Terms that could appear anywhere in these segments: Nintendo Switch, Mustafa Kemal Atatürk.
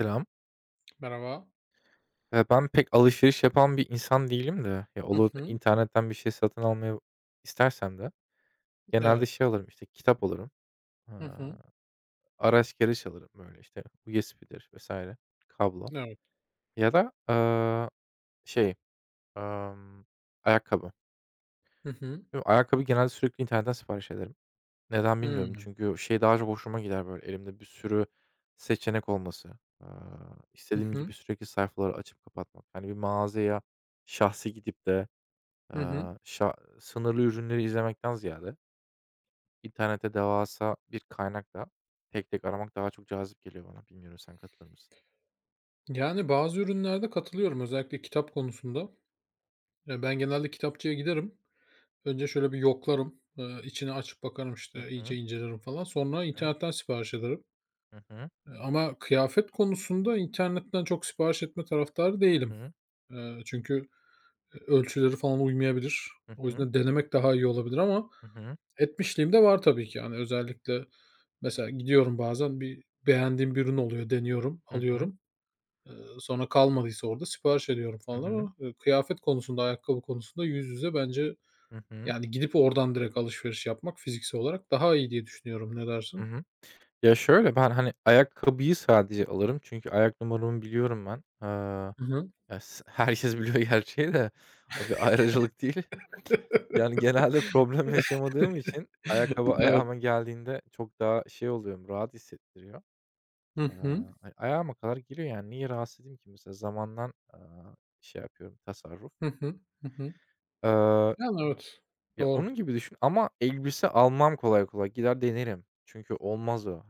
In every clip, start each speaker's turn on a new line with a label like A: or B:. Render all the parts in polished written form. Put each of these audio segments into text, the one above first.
A: Selam.
B: Merhaba.
A: Ben pek alışveriş yapan bir insan değilim de, ya,
B: Hı
A: olur da
B: hı.
A: internetten bir şey satın almayı istersem de genelde
B: Evet.
A: şey alırım, işte, kitap alırım,
B: Hı hı.
A: aaa, araç gereç alırım, böyle, işte, USB'dir vesaire, kablo
B: Evet.
A: ya da, şey, amm, ayakkabı.
B: Hı hı.
A: Değil mi? Ayakkabı genelde sürekli internetten sipariş ederim. Neden bilmiyorum
B: Hımm.
A: çünkü şey daha çok hoşuma gider, böyle, elimde bir sürü seçenek olması,
B: Hı
A: istediğim gibi
B: hı.
A: sürekli sayfaları açıp kapatmak. Hani, bir mağazaya şahsi gidip de
B: Hı hı.
A: Şa sınırlı ürünleri izlemekten ziyade internette devasa bir kaynakla tek tek aramak daha çok cazip geliyor bana. Bilmiyorum sen katılır mısın?
B: Yani, bazı ürünlerde katılıyorum, özellikle kitap konusunda. Ya, ben genelde kitapçıya giderim. Önce şöyle bir yoklarım, içini açıp bakarım,
A: Hı
B: işte, iyice
A: hı.
B: incelerim falan. Sonra
A: Hı.
B: internetten sipariş ederim.
A: Hı hı.
B: Ama kıyafet konusunda internetten çok sipariş etme taraftarı
A: Hı
B: değilim.
A: hı.
B: Eee, çünkü, Ölçüleri falan uymayabilir.
A: Hı
B: O
A: hı.
B: yüzden denemek daha iyi olabilir, ama
A: Hı hı.
B: etmişliğim de var tabii ki. Yani özellikle mesela gidiyorum, bazen bir beğendiğim bir ürün oluyor, deniyorum,
A: Hı hı.
B: alıyorum. Eee, Sonra kalmadıysa orada sipariş ediyorum
A: Hı
B: falan,
A: hı.
B: ama, kıyafet konusunda, ayakkabı konusunda yüz yüze bence,
A: Hı hı.
B: yani, gidip oradan direkt alışveriş yapmak fiziksel olarak daha iyi diye düşünüyorum. Ne
A: Hı
B: dersin?
A: hı. Ya, şöyle, ben, hani, ayakkabıyı sadece alırım çünkü ayak numaramı biliyorum ben.
B: Hı hı.
A: Ya, herkes biliyor gerçi de o bir ayrıcalık değil. Yani, genelde problem yaşamadığım için ayakkabı
B: Evet.
A: ayağıma geldiğinde çok daha şey oluyorum, rahat hissettiriyor.
B: Hı hı.
A: Ayağıma kadar geliyor yani. Niye rahatsız edeyim ki mesela? Zamandan, şey yapıyorum, tasarruf.
B: Hı hı. Hı hı.
A: Aaa,
B: Yani, evet.
A: ya, onun
B: Doğru.
A: gibi düşün ama elbise almam kolay kolay. Gider denerim. Çünkü olmaz o.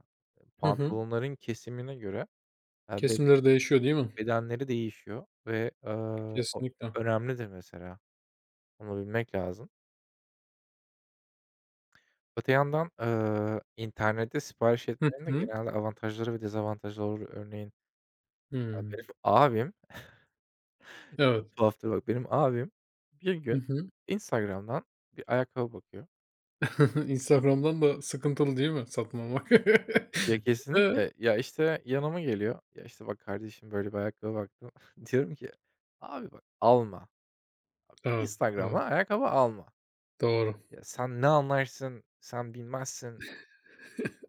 B: Hı hı.
A: Pantolonların kesimine göre, be
B: Kesimleri değişiyor, değil mi?
A: bedenleri değişiyor ve, o
B: Kesinlikle.
A: önemlidir mesela. Onu bilmek lazım. Öte yandan, internette sipariş
B: Hı
A: etmenin de
B: hı.
A: genelde avantajları ve dezavantajları olur. Örneğin, ya,
B: Hımm.
A: benim abim
B: Evet.
A: çok tuhaftır bak, benim abim bir
B: Hı
A: gün
B: hı.
A: Instagram'dan bir ayakkabı bakıyor.
B: Instagram'dan da sıkıntılı değil mi satmamak?
A: Ya
B: Eee,
A: kesinlikle ya, işte, yanıma geliyor. "Ya, işte, bak kardeşim böyle bir ayakkabı baktım." Diyorum ki, "Abi bak alma.
B: evet, evet,
A: Instagram'dan ayakkabı alma.
B: doğru.
A: Ya, sen ne anlarsın? Sen bilmezsin."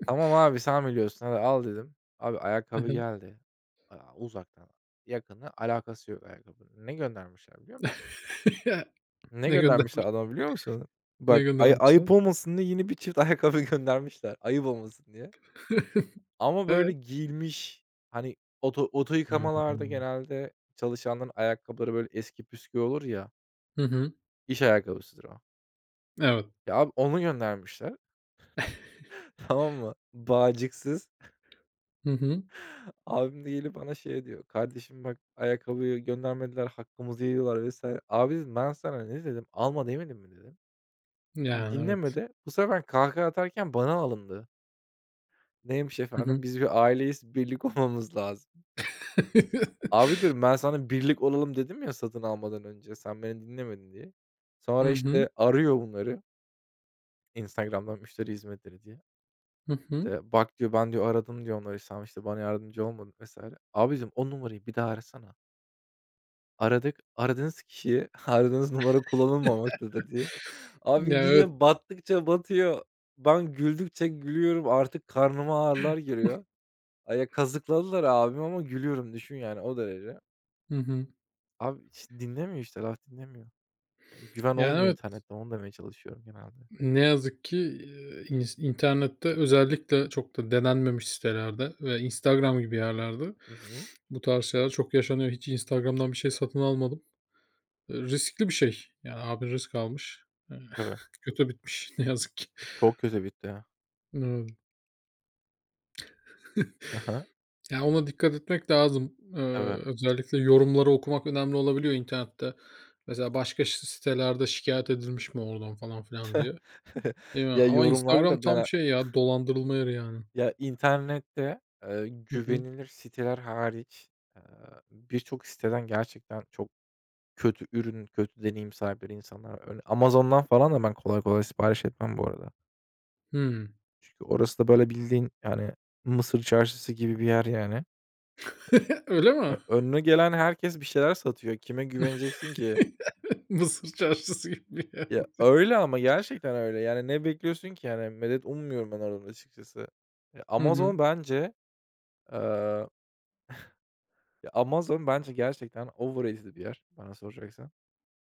A: "Tamam abi sen biliyorsun hadi al." dedim. Abi
B: Hı
A: ayakkabı
B: hı.
A: geldi. Uzaktan yakını alakası yok ayakkabının. Ne göndermişler biliyor musun?
B: Ya,
A: Ne
B: ne gönder
A: göndermişler adama biliyor musun?
B: ne
A: Bak,
B: göndermişler?
A: ayıp olmasın diye yeni bir çift ayakkabı göndermişler, ayıp olmasın diye. Ama böyle
B: Evet.
A: giyilmiş, hani oto
B: Hı hı.
A: yıkamalarda genelde çalışanların ayakkabıları böyle eski püskü olur ya,
B: Hı hı.
A: iş ayakkabısıdır o.
B: Evet.
A: Ya abi onu göndermişler, tamam mı? Bağcıksız.
B: Hı hı.
A: Abim de gelip bana şey diyor, "Kardeşim bak ayakkabıyı göndermediler, hakkımızı yiyorlar." vesaire. Abi dedim, "Ben sana ne dedim? Alma demedim mi?" dedim.
B: Yani, evet.
A: Dinlemedi. Bu sefer kahkaha atarken bana alındı. Neymiş
B: Hı hı.
A: efendim? "Biz bir aileyiz, birlik olmamız lazım." Abi diyorum, "Ben sana birlik olalım dedim ya satın almadan önce, sen beni dinlemedin." diye.
B: Hı
A: Sonra,
B: hı.
A: işte, arıyor bunları Instagram'dan müşteri hizmetleri diye.
B: Hı hı.
A: İşte, "Bak," diyor, "ben," diyor, "aradım," diyor, "onları, sen, işte, bana yardımcı olmadın." vs. Abicim, "O numarayı bir daha arasana." Aradık, "Aradığınız kişiye aradığınız numara kullanılmamaktadır." diye. Abi
B: Ya, evet.
A: yine battıkça batıyor. Ben güldükçe gülüyorum, artık karnıma ağrılar giriyor. Kazıkladılar abimi ama gülüyorum düşün yani o derece.
B: Hı hı.
A: Abi hiç dinlemiyor işte laf dinlemiyor. Yani güven
B: Yani,
A: olmuyor
B: evet,
A: internette onu demeye çalışıyorum genelde.
B: ne yazık ki, internette, özellikle çok da denenmemiş sitelerde ve Instagram gibi yerlerde
A: Hı hı.
B: bu tarz şeyler çok yaşanıyor. Hiç Instagram'dan bir şey satın almadım. Riskli bir şey. Yani abin risk almış. Eee,
A: Tabii.
B: Kötü bitmiş ne yazık ki.
A: Çok kötü bitti ya.
B: Iıı,
A: Hı hı.
B: Ya, ona dikkat etmek lazım.
A: Tabii.
B: Özellikle yorumları okumak önemli olabiliyor internette. Mesela başka sitelerde şikâyet edilmiş mi oradan falan filan diye, değil mi?
A: Ya,
B: Ama
A: yorumlar
B: Instagram
A: da
B: tam
A: ben,
B: şey ya, dolandırılma yeri yani.
A: ya, internette,
B: Hı hı.
A: güvenilir siteler hariç, eee, birçok siteden gerçekten çok kötü ürün, kötü deneyim sahipleri insanlar var. Amazon'dan falan da ben kolay kolay sipariş etmem bu arada.
B: Hımm.
A: Çünkü orası da böyle bildiğin yani Mısır çarşısı gibi bir yer yani.
B: Öyle
A: E,
B: mi?
A: önüne gelen herkes bir şeyler satıyor. Kime güveneceksin ki?
B: Mısır çarşısı gibi bir yer.
A: Ya, öyle ama gerçekten öyle. Yani, ne bekliyorsun ki? Yani, medet ummuyorum ben oradan açıkçası. Ya,
B: Hı hı.
A: Amazon bence, eee, ya, Amazon bence gerçekten overrated bir yer bana soracaksan.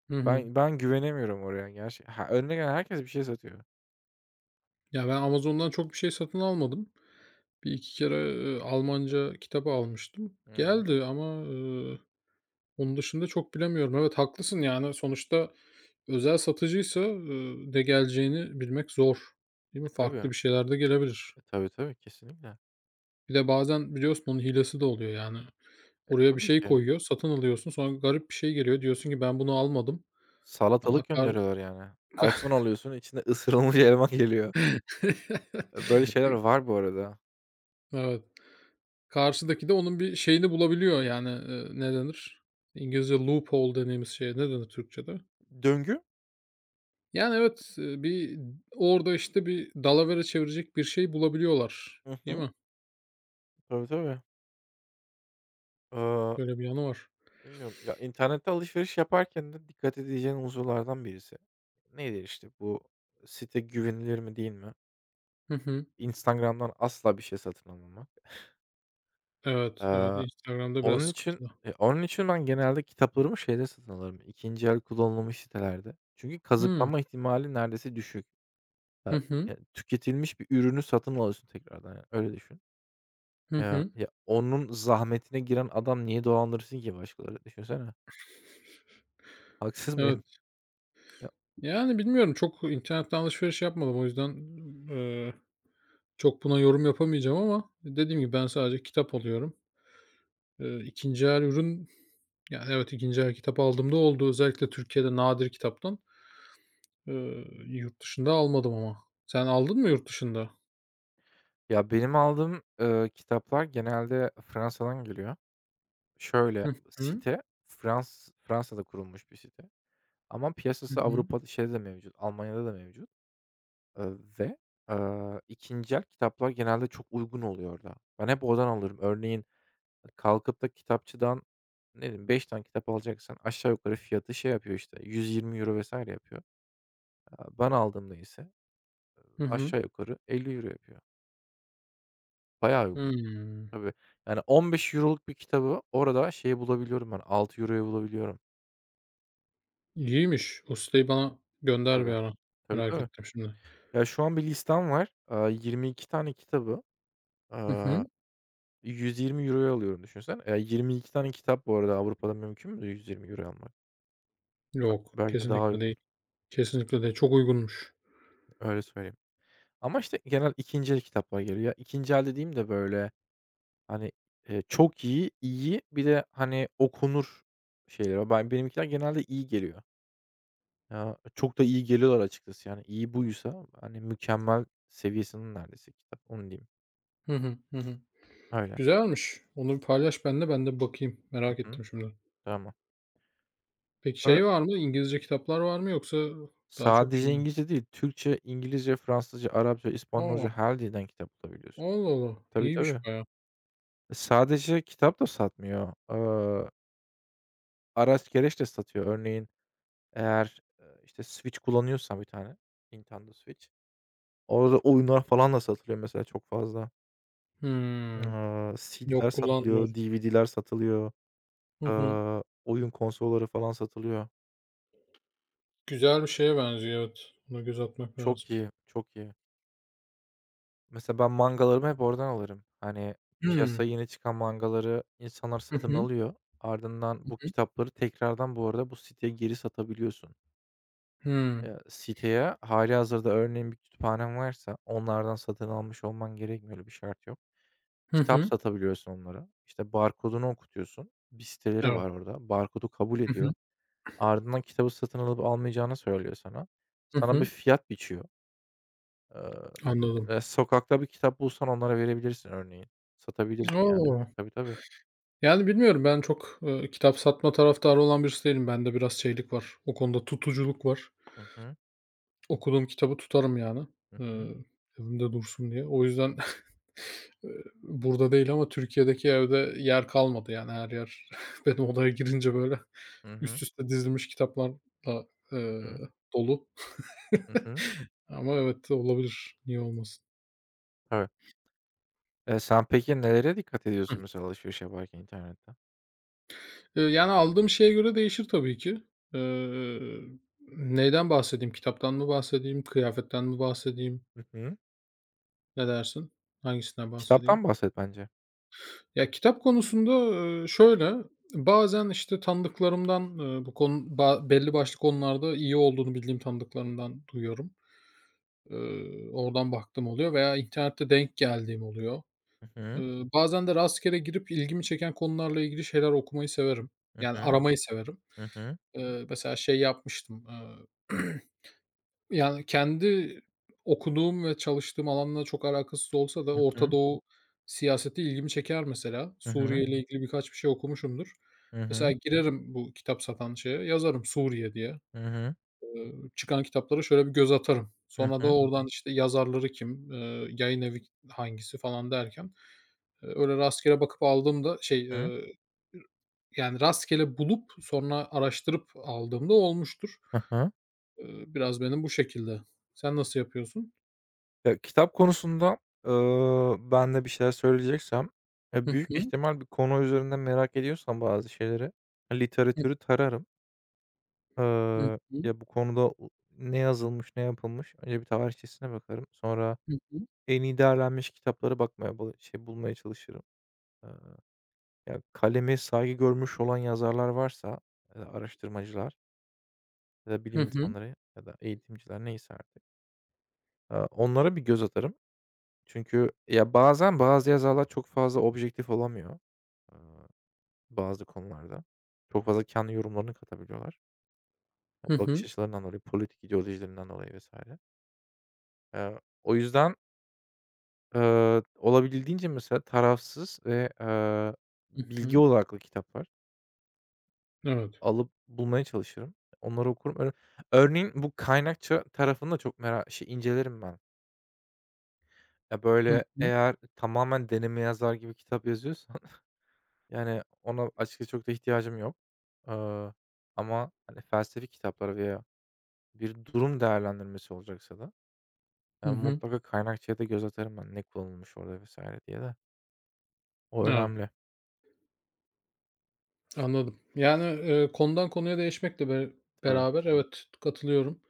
B: Hı hı.
A: Ben güvenemiyorum oraya gerçek. Ha, önüne gelen herkes bir şey satıyor.
B: Ya, ben Amazon'dan çok bir şey satın almadım. Bir iki kere, Almanca kitabı almıştım.
A: Hı hı.
B: Geldi ama, onun dışında çok bilemiyorum. Evet, haklısın, yani, sonuçta özel satıcıysa, ne geleceğini bilmek zor, değil
A: E,
B: mi? Farklı
A: tabii.
B: bir şeyler de gelebilir.
A: E, tabii, tabii, kesinlikle.
B: Bir de bazen biliyorsun onun hilesi de oluyor, yani. Oraya bir
A: Tabii
B: şey
A: ki.
B: koyuyor, satın alıyorsun, sonra garip bir şey geliyor. Diyorsun ki ben bunu almadım
A: Salatalık
B: ama
A: gönderiyorlar yani. iPhone alıyorsun, içinde ısırılmış elma geliyor. E, böyle şeyler var bu arada.
B: Evet. Karşıdaki de onun bir şeyini bulabiliyor, yani, ne denir? İngilizce loophole dediğimiz şeye ne denir Türkçe'de?
A: Döngü.
B: Yani, evet, bir orada, işte, bir dalavera çevirecek bir şey bulabiliyorlar,
A: Hı
B: değil
A: hı.
B: mi?
A: Tabii, tabii. Iıı,
B: Böyle bir yanı var.
A: bilmiyorum. Ya, internette alışveriş yaparken de dikkat edeceğin unsurlardan birisi. Nedir, işte, bu site güvenilir mi, değil mi?
B: Hı hı.
A: Instagram'dan asla bir şey satın almamak.
B: Evet, evet,
A: Eee,
B: Instagram'da biraz
A: onun için,
B: sıkıntılı.
A: onun için ben genelde kitaplarımı şeyde satın alırım, 2'nci el kullanılmış sitelerde. Çünkü
B: Hımm.
A: kazıklanma ihtimali neredeyse düşük.
B: Hı hı.
A: Ya, tüketilmiş bir ürünü satın alıyorsun tekrardan, yani, öyle düşün.
B: Hı
A: Ya
B: hı.
A: ya, onun zahmetine giren adam niye dolandırsın ki başkaları? Düşünsene. Haksız mıyım?
B: Evet.
A: Ya
B: Yani, bilmiyorum, çok internetten alışveriş yapmadım. O yüzden, eee, çok buna yorum yapamayacağım, ama dediğim gibi ben sadece kitap alıyorum. 2'nci el ürün. Yani, evet, 2'nci el kitap aldığımda oldu. Özellikle Türkiye'de nadir kitaptan. Yurt dışında almadım ama. Sen aldın mı yurt dışında?
A: Ya, benim aldığım, kitaplar genelde Fransa'dan geliyor. Şöyle,
B: Hı hı.
A: site Fransa'da kurulmuş bir site ama
B: Hı
A: piyasası
B: hı.
A: Avrupa'da şeyde de mevcut, Almanya'da da mevcut. Eee, ve, 2'nci el kitaplar genelde çok uygun oluyor orada. Ben hep oradan alırım. Örneğin e, kalkıp da kitapçıdan, ne bileyim, beş tane kitap alacaksan aşağı yukarı fiyatı şey yapıyor, işte, 120 euro vesaire yapıyor. Ben aldığımda ise
B: Hı hı.
A: aşağı yukarı 50 euro yapıyor. Bayağı uygun.
B: Hımm.
A: Tabii. Yani €15'luk bir kitabı orada şeye bulabiliyorum ben, €6'ya bulabiliyorum.
B: İyiymiş. Ustayı bana gönder bir
A: Tabii.
B: ara.
A: Tabii,
B: Merak
A: tabii.
B: ettim şimdi.
A: Ya, şu an bir listem var. 22 tane kitabı,
B: Hı hı.
A: €120 alıyorum düşünsen. 22 tane kitap bu arada Avrupa'da mümkün mü €120 almak? Hat
B: Yok,
A: belki de daha
B: kesinlikle
A: uygun.
B: değil. Kesinlikle değil. Çok uygunmuş.
A: Öyle söyleyeyim. Ama işte genel 2'nci el kitaplar geliyor. 2'nci el dediğim de böyle, hani, çok iyi, iyi bir de, hani, okunur şeyler var. Benimkiler genelde iyi geliyor. Ya, çok da iyi geliyorlar açıkçası. Yani iyi buysa, hani, mükemmel seviyesinin neredeyse kitap. Onu diyeyim.
B: Hı hı. Hı hı.
A: Öyle.
B: Güzelmiş. Onu bir paylaş benimle, ben de bir bakayım.
A: Hı
B: Merak
A: hı.
B: ettim şimdi.
A: Tamam.
B: Peki şey var mı? İngilizce kitaplar var mı yoksa daha çok şey
A: Sadece
B: mi?
A: İngilizce değil, Türkçe, İngilizce, Fransızca, Arapça, İspanyolca
B: A!
A: her dilden kitap bulabiliyorsun.
B: Allah Allah.
A: Tabii, tabii.
B: İyiymiş bayağı.
A: E, sadece kitap da satmıyor. Araç gereç de satıyor. Örneğin eğer, işte, Switch kullanıyorsan bir tane, Nintendo Switch, orada oyunlar falan da satılıyor mesela çok fazla.
B: Hımm.
A: CD'ler
B: Yok,
A: satılıyor,
B: kullanmıyorum.
A: DVD'ler satılıyor,
B: Hı hı.
A: oyun konsolları falan satılıyor.
B: Güzel bir şeye benziyor, evet. Buna göz atmak
A: Çok
B: lazım.
A: iyi, çok iyi. Mesela ben mangalarımı hep oradan alırım. Hani,
B: Hımm.
A: piyasaya yeni çıkan mangaları insanlar
B: Hı
A: satın
B: hı.
A: alıyor. Ardından
B: Hı
A: bu
B: hı.
A: kitapları tekrardan bu arada bu siteye geri satabiliyorsun.
B: Hımm.
A: Siteye hâlihazırda örneğin bir kütüphanen varsa onlardan satın almış olman gerekmiyor, öyle bir şart yok.
B: Hı
A: Kitap
B: hı.
A: satabiliyorsun onlara. İşte, barkodunu okutuyorsun. Bir siteleri
B: Evet.
A: var orada. Barkodu kabul
B: Hı hı.
A: ediyor. Ardından kitabı satın alıp almayacağını söylüyor sana.
B: Hı
A: Sana bir
B: hı.
A: fiyat biçiyor. Eee
B: Anladım.
A: Sokakta bir kitap bulsan onlara verebilirsin örneğin. Satabilirsin yani.
B: O!
A: Tabii, tabii.
B: Yani bilmiyorum, ben çok, kitap satma taraftarı olan birisi değilim. Bende biraz şeylik var. O konuda tutuculuk var.
A: Hı hı.
B: Okuduğum kitabı tutarım yani,
A: Hı
B: eee,
A: hı.
B: evimde dursun diye. O yüzden, eee, burada değil ama Türkiye'deki evde yer kalmadı yani, her yer benim odaya girince böyle
A: Hı hı.
B: üst üste dizilmiş kitaplarla, eee,
A: Hı hı.
B: dolu.
A: Hı hı.
B: Ama evet, olabilir. Niye olmasın?
A: Tabii. Sen peki nelere dikkat ediyorsun mesela alışveriş yaparken internette?
B: Yani aldığım şeye göre değişir tabii ki. Eee, Neyden bahsedeyim? Kitaptan mı bahsedeyim? Kıyafetten mi bahsedeyim?
A: Hı hı.
B: Ne dersin? Hangisinden
A: Kitaptan
B: bahsedeyim?
A: bahset bence.
B: Ya, kitap konusunda, şöyle, bazen, işte, tanıdıklarımdan, bu konu ba belli başlı konularda iyi olduğunu bildiğim tanıdıklarımdan duyuyorum. Oradan baktığım oluyor veya internette denk geldiğim oluyor.
A: Hı
B: Eee,
A: hı.
B: Bazen de rastgele girip ilgimi çeken konularla ilgili şeyler okumayı severim.
A: Hı
B: Yani
A: hı.
B: aramayı severim.
A: Hı hı.
B: Mesela şey yapmıştım, yani, kendi okuduğum ve çalıştığım alanla çok alakasız olsa da
A: Hı
B: Orta
A: hı.
B: Doğu siyaseti ilgimi çeker mesela.
A: Hı
B: Suriye
A: hı.
B: ile ilgili birkaç bir şey okumuşumdur.
A: Hı
B: Mesela
A: hı.
B: girerim bu kitap satan şeye, yazarım Suriye diye.
A: Hı hı.
B: Çıkan kitaplara şöyle bir göz atarım.
A: Hı
B: Sonra da
A: hı.
B: oradan, işte, yazarları kim, yayın evi hangisi falan derken, öyle rastgele bakıp aldığımda şey,
A: Hı.
B: yani, rastgele bulup sonra araştırıp aldığımda olmuştur.
A: Hı hı. Hı.
B: Biraz benim bu şekilde. Sen nasıl yapıyorsun?
A: Ya, kitap konusunda, ben de bir şeyler söyleyeceksem, ya,
B: Hı
A: büyük
B: hı.
A: ihtimal bir konu üzerinde merak ediyorsam bazı şeyleri, literatürü tararım.
B: Hı hı.
A: Ya, bu konuda ne yazılmış, ne yapılmış? Önce bir tarihçesine bakarım. Sonra
B: Hı hı.
A: en iyi değerlenmiş kitaplara bulmaya çalışırım. Eee, ya, kaleme saygı görmüş olan yazarlar varsa ya da araştırmacılar ya da
B: Hı
A: bilim
B: hı.
A: insanları ya da eğitimciler neyse artık, onlara bir göz atarım. Çünkü ya, bazen bazı yazarlar çok fazla objektif olamıyor, eee, bazı konularda. Çok fazla kendi yorumlarını katabiliyorlar.
B: Hı
A: Bakış
B: hı.
A: açılarından dolayı, politik ideolojilerinden dolayı vesaire. O yüzden, olabildiğince mesela tarafsız ve,
B: Hı
A: bilgi
B: hı.
A: odaklı kitaplar
B: Evet.
A: alıp bulmaya çalışırım. Onları okurum. Öyle örneğin bu kaynakça tarafını da çok incelerim ben. Ya,
B: Hı
A: böyle,
B: hı.
A: eğer tamamen deneme yazar gibi kitap yazıyorsan yani ona açıkçası çok da ihtiyacım yok. Eee, ama, hani, felsefi kitaplar veya bir durum değerlendirmesi olacaksa da,
B: Hı hı.
A: mutlaka kaynakçaya da göz atarım ben ne kullanılmış orada vesaire diye de. O
B: Evet,
A: önemli.
B: anladım. Yani, konudan konuya değişmekle
A: Tabii.
B: beraber evet, katılıyorum.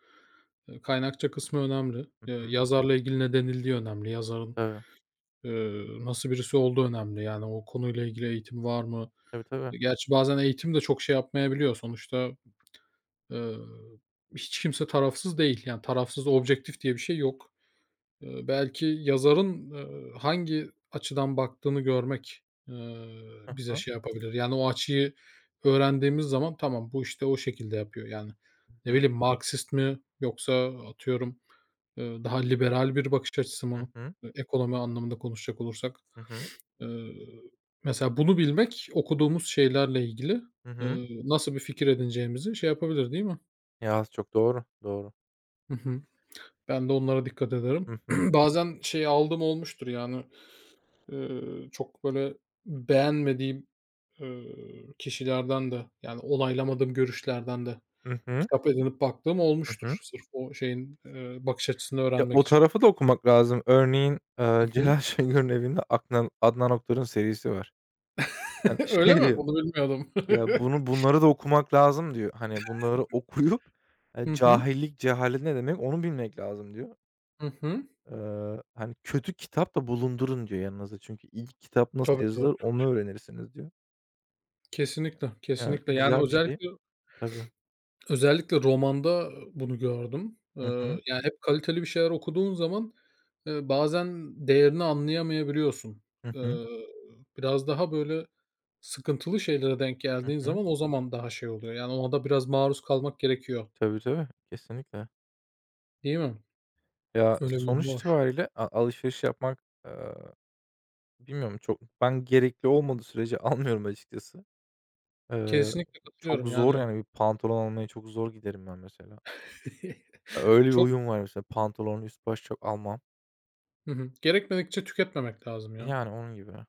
B: Kaynakça kısmı önemli.
A: Hı hı.
B: Yazarla ilgili ne denildiği önemli. Yazarın,
A: Tabii.
B: nasıl birisi olduğu önemli. Yani o konuyla ilgili eğitim var mı?
A: Tabii, tabii.
B: E, gerçi bazen eğitim de çok şey yapmayabiliyor. Sonuçta, eee, hiç kimse tarafsız değil. Yani tarafsız objektif diye bir şey yok. Belki yazarın, hangi açıdan baktığını görmek,
A: Hı
B: bize
A: hı.
B: şey yapabilir. Yani, o açıyı öğrendiğimiz zaman tamam, bu işte o şekilde yapıyor. Yani,
A: Hı
B: ne
A: hı.
B: bileyim, Marksist mi yoksa atıyorum, daha liberal bir bakış açısı
A: Hı
B: mı?
A: hı.
B: Ekonomi anlamında konuşacak olursak.
A: Hı hı.
B: Eee, Mesela bunu bilmek okuduğumuz şeylerle ilgili,
A: Hı hı.
B: nasıl bir fikir edineceğimizi şey yapabilir, değil mi?
A: Ya, az çok doğru, doğru.
B: Hı hı. Ben de onlara dikkat ederim.
A: Hı hı.
B: Bazen şey aldığım olmuştur yani. Çok böyle beğenmediğim, eee, kişilerden de, yani onaylamadığım görüşlerden de
A: Hı hı.
B: kitap edinip baktığım
A: Hı hı.
B: olmuştur. Sırf o şeyin, bakış açısını
A: Ya,
B: öğrenmek
A: o
B: için.
A: tarafı da okumak lazım. Örneğin,
B: Hı hı.
A: Celal Şengör'ün evinde Adnan Oktar'ın serisi var. Yani,
B: Öyle
A: şey
B: mi?
A: diyor,
B: Bunu bilmiyordum.
A: "Ya, bunları da okumak lazım." diyor. Hani, bunları okuyup,
B: Hı hı.
A: cahillik, cehalet ne demek onu bilmek lazım diyor.
B: Hı hı.
A: Hani, "Kötü kitap da bulundurun." diyor yanınızda. Çünkü iyi kitap nasıl
B: Tabii, tabii.
A: yazılır onu öğrenirsiniz diyor.
B: Kesinlikle,
A: Yani,
B: kesinlikle. Yani
A: güzel bir şey.
B: özellikle
A: Tabii.
B: özellikle romanda bunu gördüm.
A: Hı hı.
B: Yani hep kaliteli bir şeyler okuduğun zaman, bazen değerini anlayamayabiliyorsun.
A: Hı hı.
B: Eee, Biraz daha böyle sıkıntılı şeylere denk
A: Hı
B: geldiğin
A: hı.
B: zaman o zaman daha şey oluyor. Yani ona da biraz maruz kalmak gerekiyor,
A: Tabii, tabii. Kesinlikle.
B: değil mi?
A: Ya,
B: Öyle bir durum
A: sonuç
B: var.
A: itibariyle alışveriş yapmak, bilmiyorum çok ben gerekli olmadığı sürece almıyorum açıkçası. Eee,
B: Kesinlikle
A: çok
B: katılıyorum
A: zor
B: yani.
A: yani bir pantolon almaya çok zor giderim ben mesela. Öyle bir
B: Çok
A: huyum var mesela pantolon, üst baş çok almam.
B: hı hı. Gerekmedikçe tüketmemek lazım ya.
A: Yani onun gibi.